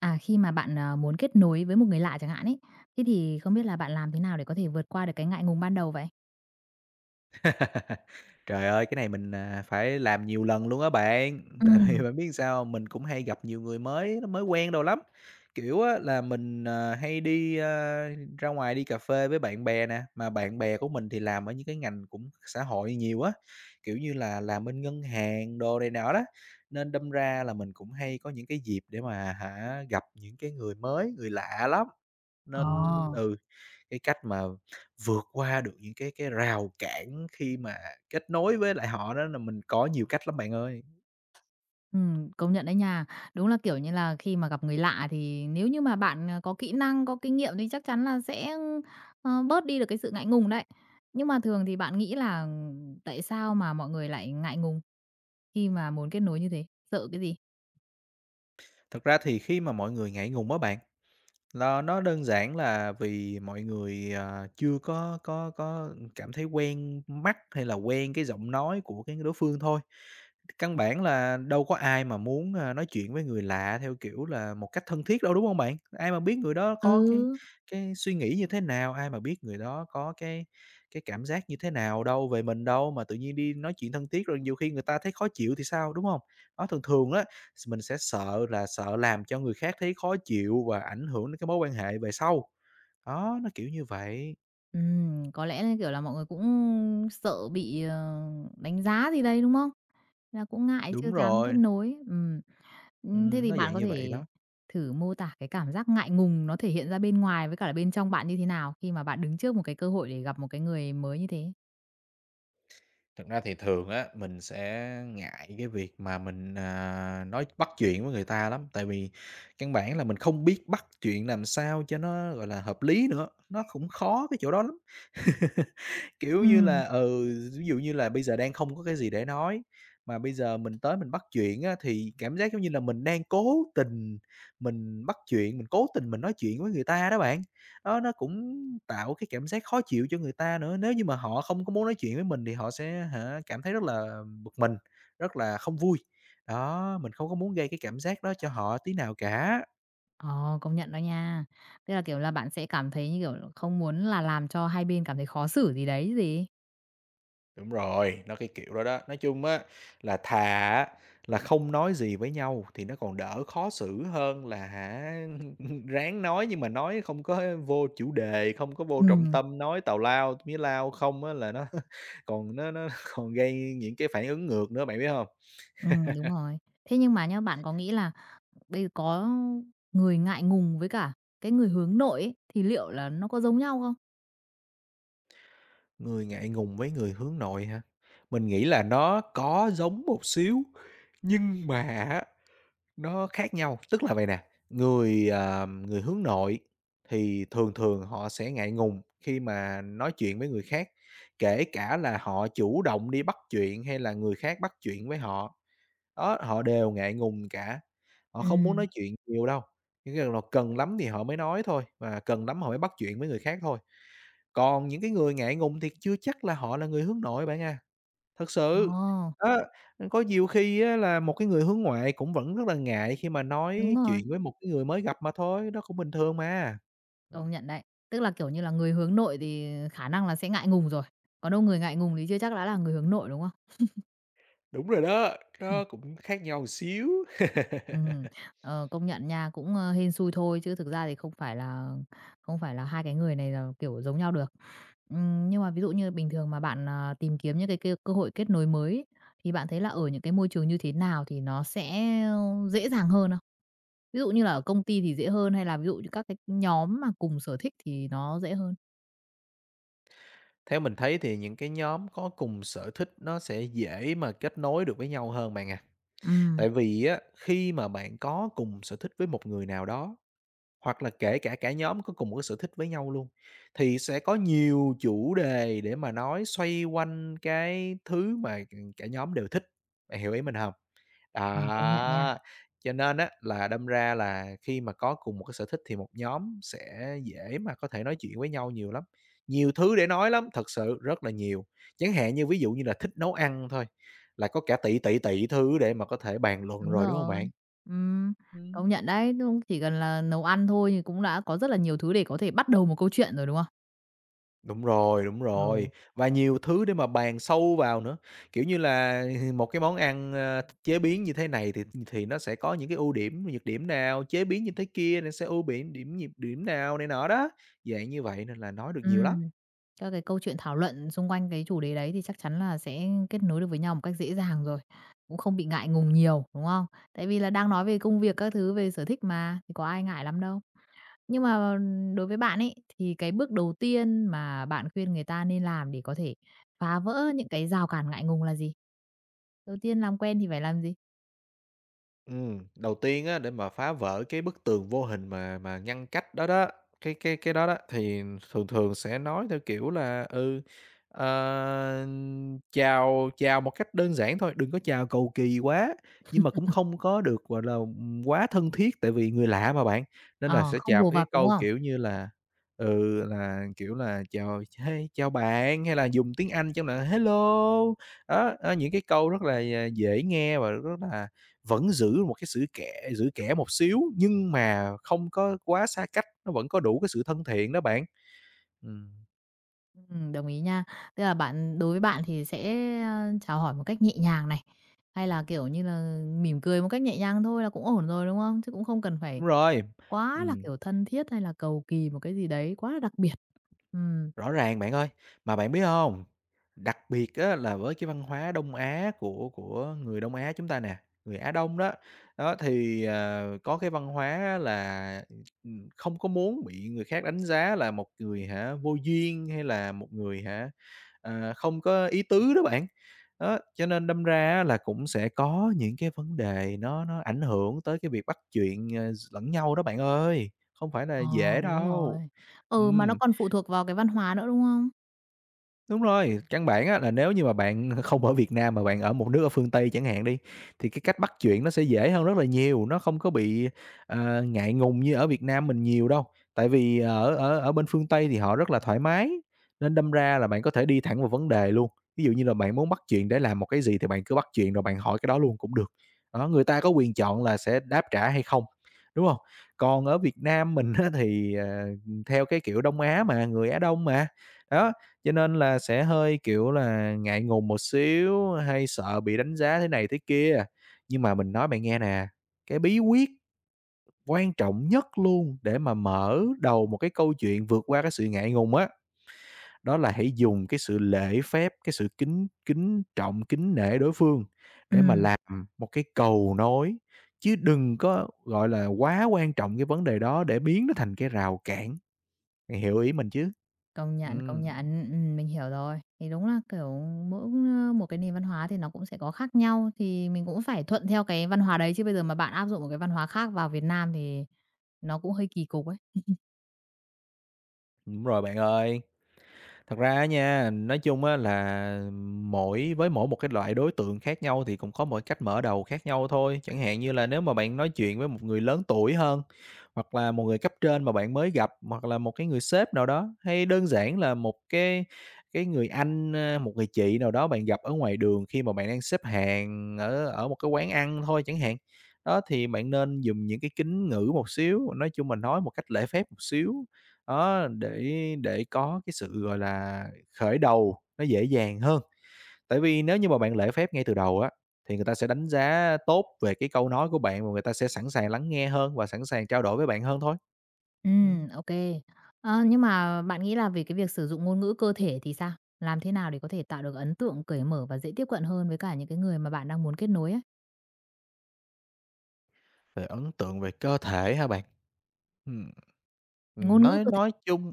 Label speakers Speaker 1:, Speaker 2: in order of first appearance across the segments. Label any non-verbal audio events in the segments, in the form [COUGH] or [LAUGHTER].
Speaker 1: À, khi mà bạn, muốn kết nối với một người lạ chẳng hạn ấy, thế thì không biết là bạn làm thế nào để có thể vượt qua được cái ngại ngùng ban đầu vậy?
Speaker 2: [LAUGHS] Trời ơi, cái này mình, phải làm nhiều lần luôn á bạn,
Speaker 1: Ừ,
Speaker 2: tại vì bạn biết sao hông? Mình cũng hay gặp nhiều người mới nó mới quen đâu lắm. Kiểu á, là mình, hay đi, ra ngoài đi cà phê với bạn bè nè, mà bạn bè của mình thì làm ở những cái ngành cũng xã hội nhiều á, kiểu như là, làm bên ngân hàng đồ này nọ đó, nên đâm ra là mình cũng hay có những cái dịp để mà hả, gặp những cái người mới, người lạ lắm.
Speaker 1: ờ,
Speaker 2: Nên ừ, cái cách mà vượt qua được những cái rào cản khi mà kết nối với lại họ đó là mình có nhiều cách lắm bạn ơi.
Speaker 1: công nhận đấy nha. Đúng là, kiểu như là, khi mà gặp người lạ thì nếu như mà bạn, có kỹ năng, có kinh nghiệm thì chắc chắn là sẽ, bớt đi được cái sự ngại ngùng đấy. Nhưng mà thường thì bạn nghĩ là tại sao mà mọi người lại ngại ngùng khi mà muốn kết nối như thế? Sợ cái gì?
Speaker 2: Thật ra thì khi mà mọi người ngại ngùng á bạn, nó đơn giản là vì mọi người, chưa có cảm thấy quen mắt hay là quen cái giọng nói của cái đối phương thôi. Căn bản là đâu có ai mà muốn, nói chuyện với người lạ theo kiểu là một cách thân thiết đâu, đúng không bạn? Ai mà biết người đó có
Speaker 1: Ừ.
Speaker 2: cái suy nghĩ như thế nào, ai mà biết người đó có cái cảm giác như thế nào đâu về mình đâu, mà tự nhiên đi nói chuyện thân thiết rồi nhiều khi người ta thấy khó chịu thì sao, đúng không? Đó, thường thường á mình sẽ sợ là sợ làm cho người khác thấy khó chịu và ảnh hưởng đến cái mối quan hệ về sau. Đó, nó kiểu như vậy.
Speaker 1: Có lẽ là, kiểu là, mọi người cũng sợ bị, đánh giá gì đây đúng không? Là cũng ngại chưa
Speaker 2: Đúng
Speaker 1: dám kết
Speaker 2: rồi,
Speaker 1: nối. Thế thì
Speaker 2: nó
Speaker 1: bạn
Speaker 2: dạng
Speaker 1: có
Speaker 2: như vậy
Speaker 1: thể
Speaker 2: đó.
Speaker 1: thử mô tả cái cảm giác ngại ngùng nó thể hiện ra bên ngoài với cả là bên trong bạn như thế nào khi mà bạn đứng trước một cái cơ hội để gặp một cái người mới như thế?
Speaker 2: Thực ra thì thường á, mình sẽ ngại cái việc mà mình, nói bắt chuyện với người ta lắm, tại vì căn bản là mình không biết bắt chuyện làm sao cho nó, gọi là, hợp lý nữa, nó cũng khó cái chỗ đó lắm. Kiểu như
Speaker 1: Ừm.
Speaker 2: là, ừ, ví dụ như là bây giờ đang không có cái gì để nói, mà bây giờ mình tới mình bắt chuyện á, thì cảm giác giống như là mình đang cố tình mình bắt chuyện, mình cố tình mình nói chuyện với người ta đó bạn. Đó, nó cũng tạo cái cảm giác khó chịu cho người ta nữa, nếu như mà họ không có muốn nói chuyện với mình thì họ sẽ hả, cảm thấy rất là bực mình, rất là không vui. Đó, mình không có muốn gây cái cảm giác đó cho họ tí nào cả.
Speaker 1: Ờ, công nhận đó nha. Tức là, kiểu là, bạn sẽ cảm thấy, như kiểu là, không muốn là làm cho hai bên cảm thấy khó xử gì đấy chứ gì?
Speaker 2: Đúng rồi, nó cái kiểu đó đó. Nói chung á, là thà á là không nói gì với nhau thì nó còn đỡ khó xử hơn là hả, [LAUGHS] ráng nói nhưng mà nói không có vô chủ đề, không có vô trọng
Speaker 1: Ừm,
Speaker 2: tâm, nói tào lao, mía lao không á là nó [LAUGHS] còn nó [LAUGHS] còn gây những cái phản ứng ngược nữa, bạn biết không?
Speaker 1: đúng rồi. Thế nhưng mà nhá, bạn có nghĩ là bây có người ngại ngùng với cả cái người hướng nội ấy, thì liệu là nó có giống nhau không?
Speaker 2: Người ngại ngùng với người hướng nội hả? Mình nghĩ là nó có giống một xíu, nhưng mà nó khác nhau, tức là vậy nè, người, người hướng nội thì thường thường họ sẽ ngại ngùng khi mà nói chuyện với người khác, kể cả là họ chủ động đi bắt chuyện hay là người khác bắt chuyện với họ. Đó, họ đều ngại ngùng cả, họ không muốn
Speaker 1: Ừm.
Speaker 2: nói chuyện nhiều đâu, những cái nào cần lắm thì họ mới nói thôi, và cần lắm họ mới bắt chuyện với người khác thôi. Còn những cái người ngại ngùng thì chưa chắc là họ là người hướng nội bạn à. Thật sự,
Speaker 1: Ờ.
Speaker 2: đó, có nhiều khi á là một cái người hướng ngoại cũng vẫn rất là ngại khi mà
Speaker 1: Đúng
Speaker 2: nói
Speaker 1: rồi.
Speaker 2: chuyện với một cái người mới gặp mà thôi, đó cũng bình thường mà. Ừm.
Speaker 1: Công nhận đấy. Tức là, kiểu như là, người hướng nội thì khả năng là sẽ ngại ngùng rồi, còn đâu người ngại ngùng thì chưa chắc đã là người hướng nội, đúng không?
Speaker 2: Đúng rồi đó, nó cũng khác nhau một xíu. [LAUGHS]
Speaker 1: Ừm, ờ, công nhận nha, cũng, hên xui thôi chứ thực ra thì không phải là hai cái người này là, kiểu, giống nhau được. Nhưng mà ví dụ như bình thường mà bạn, tìm kiếm những cái kêu cơ hội kết nối mới ấy, thì bạn thấy là ở những cái môi trường như thế nào thì nó sẽ dễ dàng hơn không? Ví dụ như là ở công ty thì dễ hơn hay là ví dụ như các cái nhóm mà cùng sở thích thì nó dễ hơn?
Speaker 2: Theo mình thấy thì những cái nhóm có cùng sở thích nó sẽ dễ mà kết nối được với nhau hơn bạn à.
Speaker 1: Ừm,
Speaker 2: Tại vì á, khi mà bạn có cùng sở thích với một người nào đó hoặc là kể cả cả nhóm có cùng một cái sở thích với nhau luôn, thì sẽ có nhiều chủ đề để mà nói xoay quanh cái thứ mà, ừ, cả nhóm đều thích, bạn hiểu ý mình hông?
Speaker 1: ờ, công nhận nha.
Speaker 2: Đó, cho nên á là đâm ra là khi mà có cùng một cái sở thích thì một nhóm sẽ dễ mà có thể nói chuyện với nhau nhiều lắm, nhiều thứ để nói lắm, thật sự rất là nhiều. Chẳng hạn như ví dụ như là thích nấu ăn thôi, là có cả tỷ, tỷ, tỷ thứ để mà có thể bàn luận
Speaker 1: Đúng
Speaker 2: rồi, đúng hông
Speaker 1: rồi.
Speaker 2: bạn?
Speaker 1: Ừm, công
Speaker 2: Ừm.
Speaker 1: nhận đấy, đúng chỉ cần là nấu ăn thôi thì cũng đã có rất là nhiều thứ để có thể bắt đầu một câu chuyện rồi, đúng không?
Speaker 2: Đúng rồi,
Speaker 1: Ừ.
Speaker 2: và nhiều thứ để mà bàn sâu vào nữa. Kiểu như là, [LAUGHS] một cái món ăn, chế biến như thế này thì nó sẽ có những cái ưu điểm, nhược điểm nào, chế biến như thế kia nó sẽ ưu điểm điểm, nhược điểm nào này nọ đó, dạng như vậy nên là nói được nhiều lắm.
Speaker 1: Ừm, các cái câu chuyện thảo luận xung quanh cái chủ đề đấy thì chắc chắn là sẽ kết nối được với nhau một cách dễ dàng rồi, cũng không bị ngại ngùng nhiều, đúng không? Tại vì là đang nói về công việc các thứ, về sở thích mà, thì có ai ngại lắm đâu. Nhưng mà đối với bạn ấy, thì cái bước đầu tiên mà bạn khuyên người ta nên làm để có thể phá vỡ những cái rào cản ngại ngùng là gì? Đầu tiên làm quen thì phải làm gì?
Speaker 2: Đầu tiên á, để mà phá vỡ cái bức tường vô hình mà ngăn cách đó đó, cái đó đó, thì thường thường sẽ nói theo kiểu là, ừ, ờ, chào chào một cách đơn giản thôi, đừng có chào cầu kỳ quá, nhưng mà cũng không có được, gọi là, quá thân thiết tại vì người lạ mà bạn, nên là
Speaker 1: Ờ,
Speaker 2: sẽ
Speaker 1: không
Speaker 2: chào
Speaker 1: vồ
Speaker 2: cái
Speaker 1: vập, đúng
Speaker 2: câu,
Speaker 1: không?
Speaker 2: kiểu như là, ừ, là, kiểu là, chào "Hey, chào bạn" hay là dùng tiếng Anh trong là "Hello", đó, đó, những cái câu rất là, dễ nghe và rất là vẫn giữ một cái sự kẻ giữ kẽ một xíu, nhưng mà không có quá xa cách, nó vẫn có đủ cái sự thân thiện đó bạn. Ừm,
Speaker 1: Đồng ý nha. Tức là bạn đối với bạn thì sẽ, chào hỏi một cách nhẹ nhàng này, hay là, kiểu như là, mỉm cười một cách nhẹ nhàng thôi là cũng ổn rồi, đúng không? Chứ cũng không cần phải
Speaker 2: đúng rồi.
Speaker 1: quá là,
Speaker 2: Ừm.
Speaker 1: kiểu, thân thiết hay là cầu kỳ một cái gì đấy quá là đặc biệt. Ừm,
Speaker 2: Rõ ràng bạn ơi, mà bạn biết không? Đặc biệt á là với cái văn hóa Đông Á của người Đông Á chúng ta nè, người Á Đông đó, đó, thì, có cái văn hóa là, không có muốn bị người khác đánh giá là một người hả, vô duyên hay là một người hả, không có ý tứ đó bạn. Đó, cho nên đâm ra á là cũng sẽ có những cái vấn đề nó ảnh hưởng tới cái việc bắt chuyện, lẫn nhau đó bạn ơi, không phải là
Speaker 1: ờ,
Speaker 2: dễ
Speaker 1: đúng
Speaker 2: đâu.
Speaker 1: rồi. Ừ, mà nó
Speaker 2: Ừm.
Speaker 1: còn phụ thuộc vào cái văn hóa nữa, đúng không?
Speaker 2: Đúng rồi, căn bản á là nếu như mà bạn [LAUGHS] không ở Việt Nam mà bạn ở một nước ở phương Tây chẳng hạn đi, thì cái cách bắt chuyện nó sẽ dễ hơn rất là nhiều, nó không có bị, ngại ngùng như ở Việt Nam mình nhiều đâu. Tại vì ở ở ở bên phương Tây thì họ rất là thoải mái, nên đâm ra là bạn có thể đi thẳng vào vấn đề luôn. Ví dụ như là bạn muốn bắt chuyện để làm một cái gì thì bạn cứ bắt chuyện rồi bạn hỏi cái đó luôn cũng được. Đó, người ta có quyền chọn là sẽ đáp trả hay không, đúng không? Còn ở Việt Nam mình á thì, theo cái kiểu Đông Á mà, người Á Đông mà, đó, cho nên là sẽ hơi, kiểu là, ngại ngùng một xíu, hay sợ bị đánh giá thế này thế kia. Nhưng mà mình nói bạn nghe nè, cái bí quyết quan trọng nhất luôn để mà mở đầu một cái câu chuyện vượt qua cái sự ngại ngùng á, đó là hãy dùng cái sự lễ phép, cái sự kính kính trọng, kính nể đối phương để mà
Speaker 1: Ừm.
Speaker 2: làm một cái cầu nối, chứ đừng có, gọi là, quá quan trọng cái vấn đề đó để biến nó thành cái rào cản. Bạn hiểu ý mình chứ?
Speaker 1: Công
Speaker 2: Ừm,
Speaker 1: nhận, mình hiểu rồi. Thì đúng là, kiểu, mỗi, một cái nền văn hóa thì nó cũng sẽ có khác nhau, thì mình cũng phải thuận theo cái văn hóa đấy, chứ bây giờ mà bạn áp dụng một cái văn hóa khác vào Việt Nam thì nó cũng hơi kỳ cục ấy.
Speaker 2: đúng rồi bạn ơi. Thật ra á nha, nói chung á là mỗi một cái loại đối tượng khác nhau thì cũng có mỗi cách mở đầu khác nhau thôi. Chẳng hạn như là nếu mà bạn nói chuyện với một người lớn tuổi hơn, hoặc là một người cấp trên mà bạn mới gặp, hoặc là một cái người sếp nào đó, hay đơn giản là một cái người anh, một người chị nào đó bạn gặp ở ngoài đường khi mà bạn đang xếp hàng ở ở một cái quán ăn thôi chẳng hạn. Đó, thì bạn nên dùng những cái kính ngữ một xíu, nói chung mình nói một cách lễ phép một xíu đó, để có cái sự, gọi là, khởi đầu nó dễ dàng hơn. Tại vì nếu như mà bạn lễ phép ngay từ đầu á, thì người ta sẽ đánh giá tốt về cái câu nói của bạn và người ta sẽ sẵn sàng lắng nghe hơn và sẵn sàng trao đổi với bạn hơn thôi.
Speaker 1: Ừ,
Speaker 2: Ừm.
Speaker 1: ok. Kê. Nhưng mà bạn nghĩ là về cái việc sử dụng ngôn ngữ cơ thể thì sao? Làm thế nào để có thể tạo được ấn tượng cởi mở và dễ tiếp cận hơn với cả những cái người mà bạn đang muốn kết nối ấy?
Speaker 2: Về ấn tượng về cơ thể hả bạn? Ừm.
Speaker 1: Ngôn
Speaker 2: Ừm,
Speaker 1: ngữ
Speaker 2: nói
Speaker 1: cơ thể.
Speaker 2: nói chung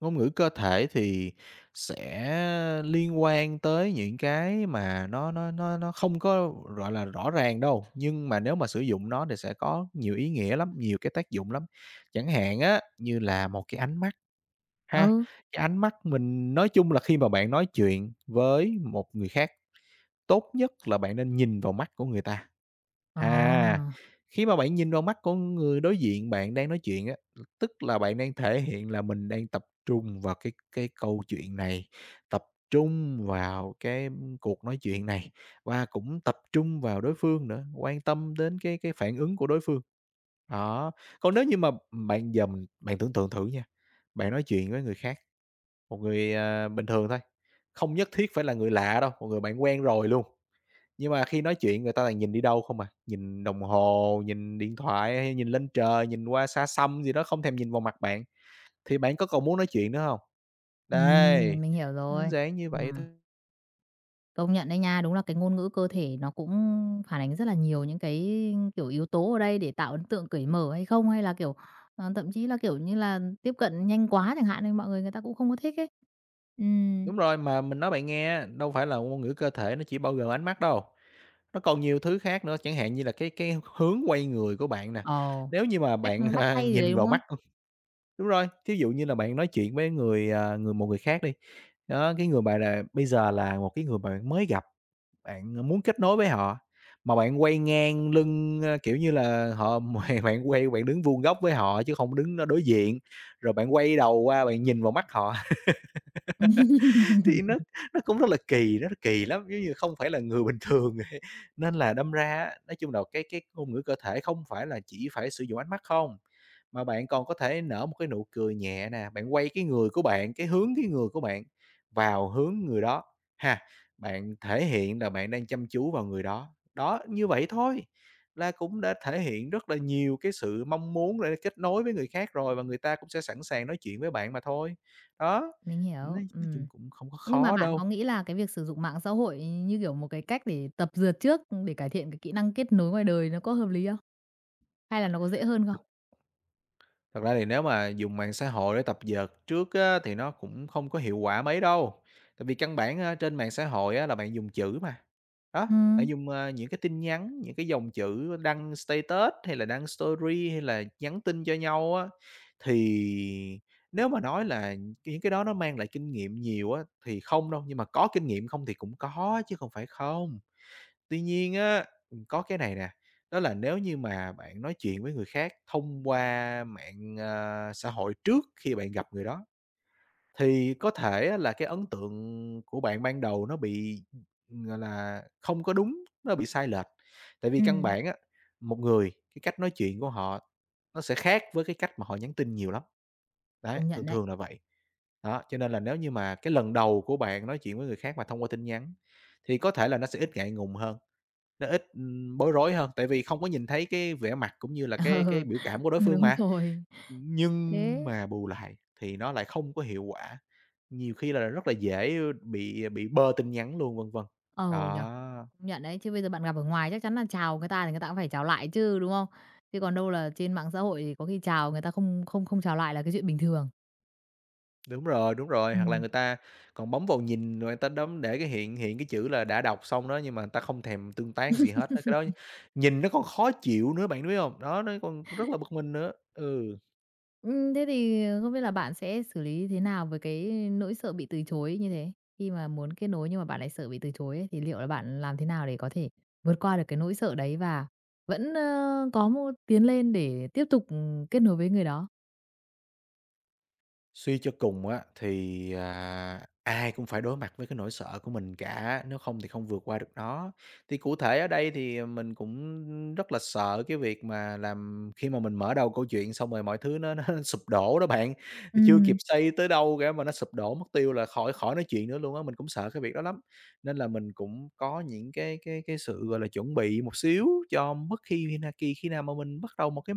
Speaker 2: ngôn ngữ cơ thể thì sẽ liên quan tới những cái mà nó không có, gọi là, rõ ràng đâu, nhưng mà nếu mà sử dụng nó thì sẽ có nhiều ý nghĩa lắm, nhiều cái tác dụng lắm. Chẳng hạn á, như là một cái ánh mắt ha,
Speaker 1: Ừ,
Speaker 2: cái ánh mắt mình nói chung là khi mà bạn nói chuyện với một người khác, tốt nhất là bạn nên nhìn vào mắt của người ta.
Speaker 1: ờ,
Speaker 2: À, Khi mà bạn nhìn vào mắt của người đối diện bạn đang nói chuyện á, tức là bạn đang thể hiện là mình đang tập trung vào cái câu chuyện này, tập trung vào cái cuộc nói chuyện này và cũng tập trung vào đối phương nữa, quan tâm đến cái phản ứng của đối phương. Đó, còn nếu như mà bạn giờ mình bạn tưởng tượng thử nha, bạn nói chuyện với người khác, một người, bình thường thôi, không nhất thiết phải là người lạ đâu, một người bạn quen rồi luôn. Nhưng mà khi nói chuyện người ta toàn nhìn đi đâu không à, nhìn đồng hồ, nhìn điện thoại hay nhìn lên trời, nhìn qua xa xăm gì đó, không thèm nhìn vào mặt bạn, thì bạn có còn muốn nói chuyện nữa hông? Đấy,
Speaker 1: mình hiểu
Speaker 2: đơn
Speaker 1: rồi.
Speaker 2: giản như vậy
Speaker 1: Ừm.
Speaker 2: thôi.
Speaker 1: Công nhận đấy nha, đúng là cái ngôn ngữ cơ thể nó cũng phản ánh rất là nhiều những cái, kiểu, yếu tố ở đây để tạo ấn tượng cởi mở hay không, hay là, kiểu, thậm chí là, kiểu như là, tiếp cận nhanh quá chẳng hạn nên mọi người người ta cũng không có thích ấy. Ừm,
Speaker 2: Đúng rồi, mà mình nói bạn nghe á, đâu phải là ngôn ngữ cơ thể nó chỉ bao gồm ánh mắt đâu, nó còn nhiều thứ khác nữa, chẳng hạn như là cái hướng quay người của bạn nè.
Speaker 1: ồ,
Speaker 2: Nếu như mà
Speaker 1: cách
Speaker 2: bạn, [LAUGHS]
Speaker 1: bắt tay gì đấy,
Speaker 2: nhìn
Speaker 1: đúng
Speaker 2: vào
Speaker 1: không?
Speaker 2: mắt. Đúng rồi, thí dụ như là bạn nói chuyện với người, à, người một người khác đi, đó, cái người bạn là bây giờ là một cái người bạn mới gặp, bạn muốn kết nối với họ, mà bạn quay ngang lưng, kiểu như là, họ [LAUGHS] bạn quay bạn đứng vuông góc với họ chứ không đứng đối diện, rồi bạn quay đầu qua bạn nhìn vào mắt họ. Thì nó cũng rất là kỳ lắm, giống như không phải là người bình thường [LAUGHS] ấy. Nên là đâm ra á, nói chung là cái ngôn ngữ cơ thể không phải là chỉ phải sử dụng ánh mắt không, mà bạn còn có thể nở một cái nụ cười nhẹ nè, bạn quay cái người của bạn, cái hướng cái người của bạn vào hướng người đó ha. Bạn thể hiện là bạn đang chăm chú vào người đó. Đó, như vậy thôi là cũng đã thể hiện rất là nhiều cái sự mong muốn để kết nối với người khác rồi và người ta cũng sẽ sẵn sàng nói chuyện với bạn mà thôi. Đó.
Speaker 1: Mình hiểu,
Speaker 2: Nói chung
Speaker 1: ừm.
Speaker 2: cũng không có
Speaker 1: Nhưng mà
Speaker 2: khó
Speaker 1: bạn
Speaker 2: đâu.
Speaker 1: có nghĩ là cái việc sử dụng mạng xã hội như kiểu một cái cách để tập dượt trước để cải thiện cái kỹ năng kết nối ngoài đời nó có hợp lý không? Hay là nó có dễ hơn không?
Speaker 2: Thật thật ra thì nếu mà dùng mạng xã hội để tập dượt trước á, thì nó cũng không có hiệu quả mấy đâu. Tại vì căn bản, trên mạng xã hội á, là bạn dùng chữ mà. Đó,
Speaker 1: Ừ,
Speaker 2: bạn dùng, những cái tin nhắn, những cái dòng chữ đăng status hay là đăng story hay là nhắn tin cho nhau á, thì nếu mà nói là những cái đó nó mang lại kinh nghiệm nhiều á, thì không đâu, nhưng mà có kinh nghiệm không thì cũng có chứ không phải không. Tuy nhiên á, có cái này nè, đó là nếu như mà bạn nói chuyện với người khác thông qua mạng, xã hội trước khi bạn gặp người đó, thì có thể á là cái ấn tượng của bạn ban đầu nó bị, gọi là, không có đúng, nó bị sai lệch. Tại vì căn
Speaker 1: ừm,
Speaker 2: bản á, một người, cái cách nói chuyện của họ nó sẽ khác với cái cách mà họ nhắn tin nhiều lắm. Đấy,
Speaker 1: công
Speaker 2: thường
Speaker 1: nhận đấy.
Speaker 2: thường là vậy. Đó, cho nên là nếu như mà cái lần đầu của bạn nói chuyện với người khác mà thông qua tin nhắn thì có thể là nó sẽ ít ngại ngùng hơn, nó ít, bối rối hơn, tại vì không có nhìn thấy cái vẻ mặt cũng như
Speaker 1: Ừ,
Speaker 2: là cái biểu cảm
Speaker 1: [LAUGHS]
Speaker 2: của đối phương
Speaker 1: đúng
Speaker 2: mà.
Speaker 1: rồi.
Speaker 2: Nhưng
Speaker 1: Thế.
Speaker 2: mà bù lại thì nó lại không có hiệu quả, nhiều khi là rất là dễ, bị bơ tin nhắn luôn, vân vân.
Speaker 1: Ờ, Ồ nhở,
Speaker 2: Đó.
Speaker 1: công nhận đấy, chứ bây giờ bạn gặp ở ngoài chắc chắn là chào người ta thì người ta cũng phải chào lại chứ, đúng không? Chứ còn đâu là trên mạng xã hội thì có khi chào người ta không không không chào lại là cái chuyện bình thường.
Speaker 2: Đúng rồi, hoặc là
Speaker 1: Ừm.
Speaker 2: người ta còn bấm vào nhìn rồi người ta đấm để cái hiện hiện cái chữ là đã đọc xong đó, nhưng mà người ta không thèm tương tác gì hết á, cái đó nhìn nó còn khó chịu nữa, bạn biết hông? Đó, nó còn rất là bực mình nữa. Ừ.
Speaker 1: Thế thì không biết là bạn sẽ xử lý thế nào với cái nỗi sợ bị từ chối như thế? Khi mà muốn kết nối nhưng mà bạn lại sợ bị từ chối ấy, thì liệu là bạn làm thế nào để có thể vượt qua được cái nỗi sợ đấy và vẫn, có một tiến lên để tiếp tục, kết nối với người đó?
Speaker 2: Suy cho cùng á, thì, ai cũng phải đối mặt với cái nỗi sợ của mình cả, nếu không thì không vượt qua được nó. Thì cụ thể ở đây thì mình cũng rất là sợ cái việc mà làm khi mà mình mở đầu câu chuyện xong rồi mọi thứ nó [LAUGHS] sụp đổ đó bạn, thì chưa kịp
Speaker 1: Ừm.
Speaker 2: xây tới đâu cả mà nó sụp đổ mất tiêu là khỏi khỏi nói chuyện nữa luôn á, mình cũng sợ cái việc đó lắm. Nên là mình cũng có những cái sự, gọi là, chuẩn bị một xíu cho mất khi na kỳ khi nào mà mình bắt đầu một cái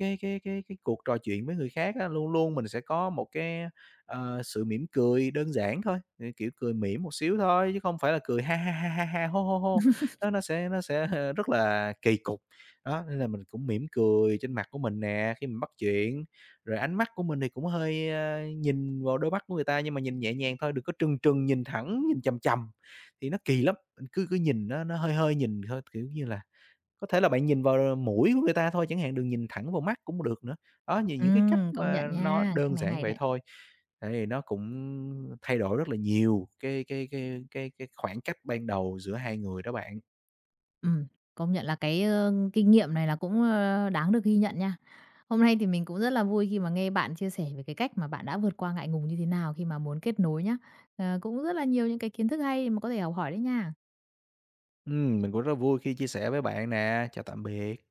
Speaker 2: cái cái cái cái cuộc trò chuyện với người khác á, luôn luôn mình sẽ có một cái, sự mỉm cười đơn giản thôi, kiểu, cười mỉm một xíu thôi chứ không phải là cười ha ha ha ha ha, hô hô hô, nó sẽ [LAUGHS] rất là kỳ cục. Đó, nên là mình cũng mỉm cười trên mặt của mình nè khi mình bắt chuyện, rồi ánh mắt của mình thì cũng hơi, nhìn vào đôi mắt của người ta nhưng mà nhìn nhẹ nhàng thôi, đừng có trừng trừng, nhìn thẳng, nhìn chằm chằm thì nó kỳ lắm. Mình cứ cứ nhìn nó hơi hơi nhìn thôi, kiểu như là có thể là bạn nhìn vào mũi của người ta thôi chẳng hạn, đừng nhìn thẳng vào mắt cũng được nữa. Đó, như những cái cách
Speaker 1: Công
Speaker 2: mà
Speaker 1: nhận
Speaker 2: nó
Speaker 1: nha, cái
Speaker 2: đơn
Speaker 1: này
Speaker 2: giản
Speaker 1: hay
Speaker 2: vậy
Speaker 1: đấy.
Speaker 2: thôi, thì nó cũng thay đổi rất là nhiều cái khoảng cách ban đầu giữa hai người đó bạn.
Speaker 1: Ừm, công nhận là cái, kinh nghiệm này là cũng, đáng được ghi nhận nha. Hôm nay thì mình cũng rất là vui khi mà nghe bạn chia sẻ về cái cách mà bạn đã vượt qua ngại ngùng như thế nào khi mà muốn kết nối nhá. Ờ, cũng rất là nhiều những cái kiến thức hay mà có thể học hỏi đấy nha.
Speaker 2: Mình cũng rất vui khi chia sẻ với bạn nè. Chào tạm biệt.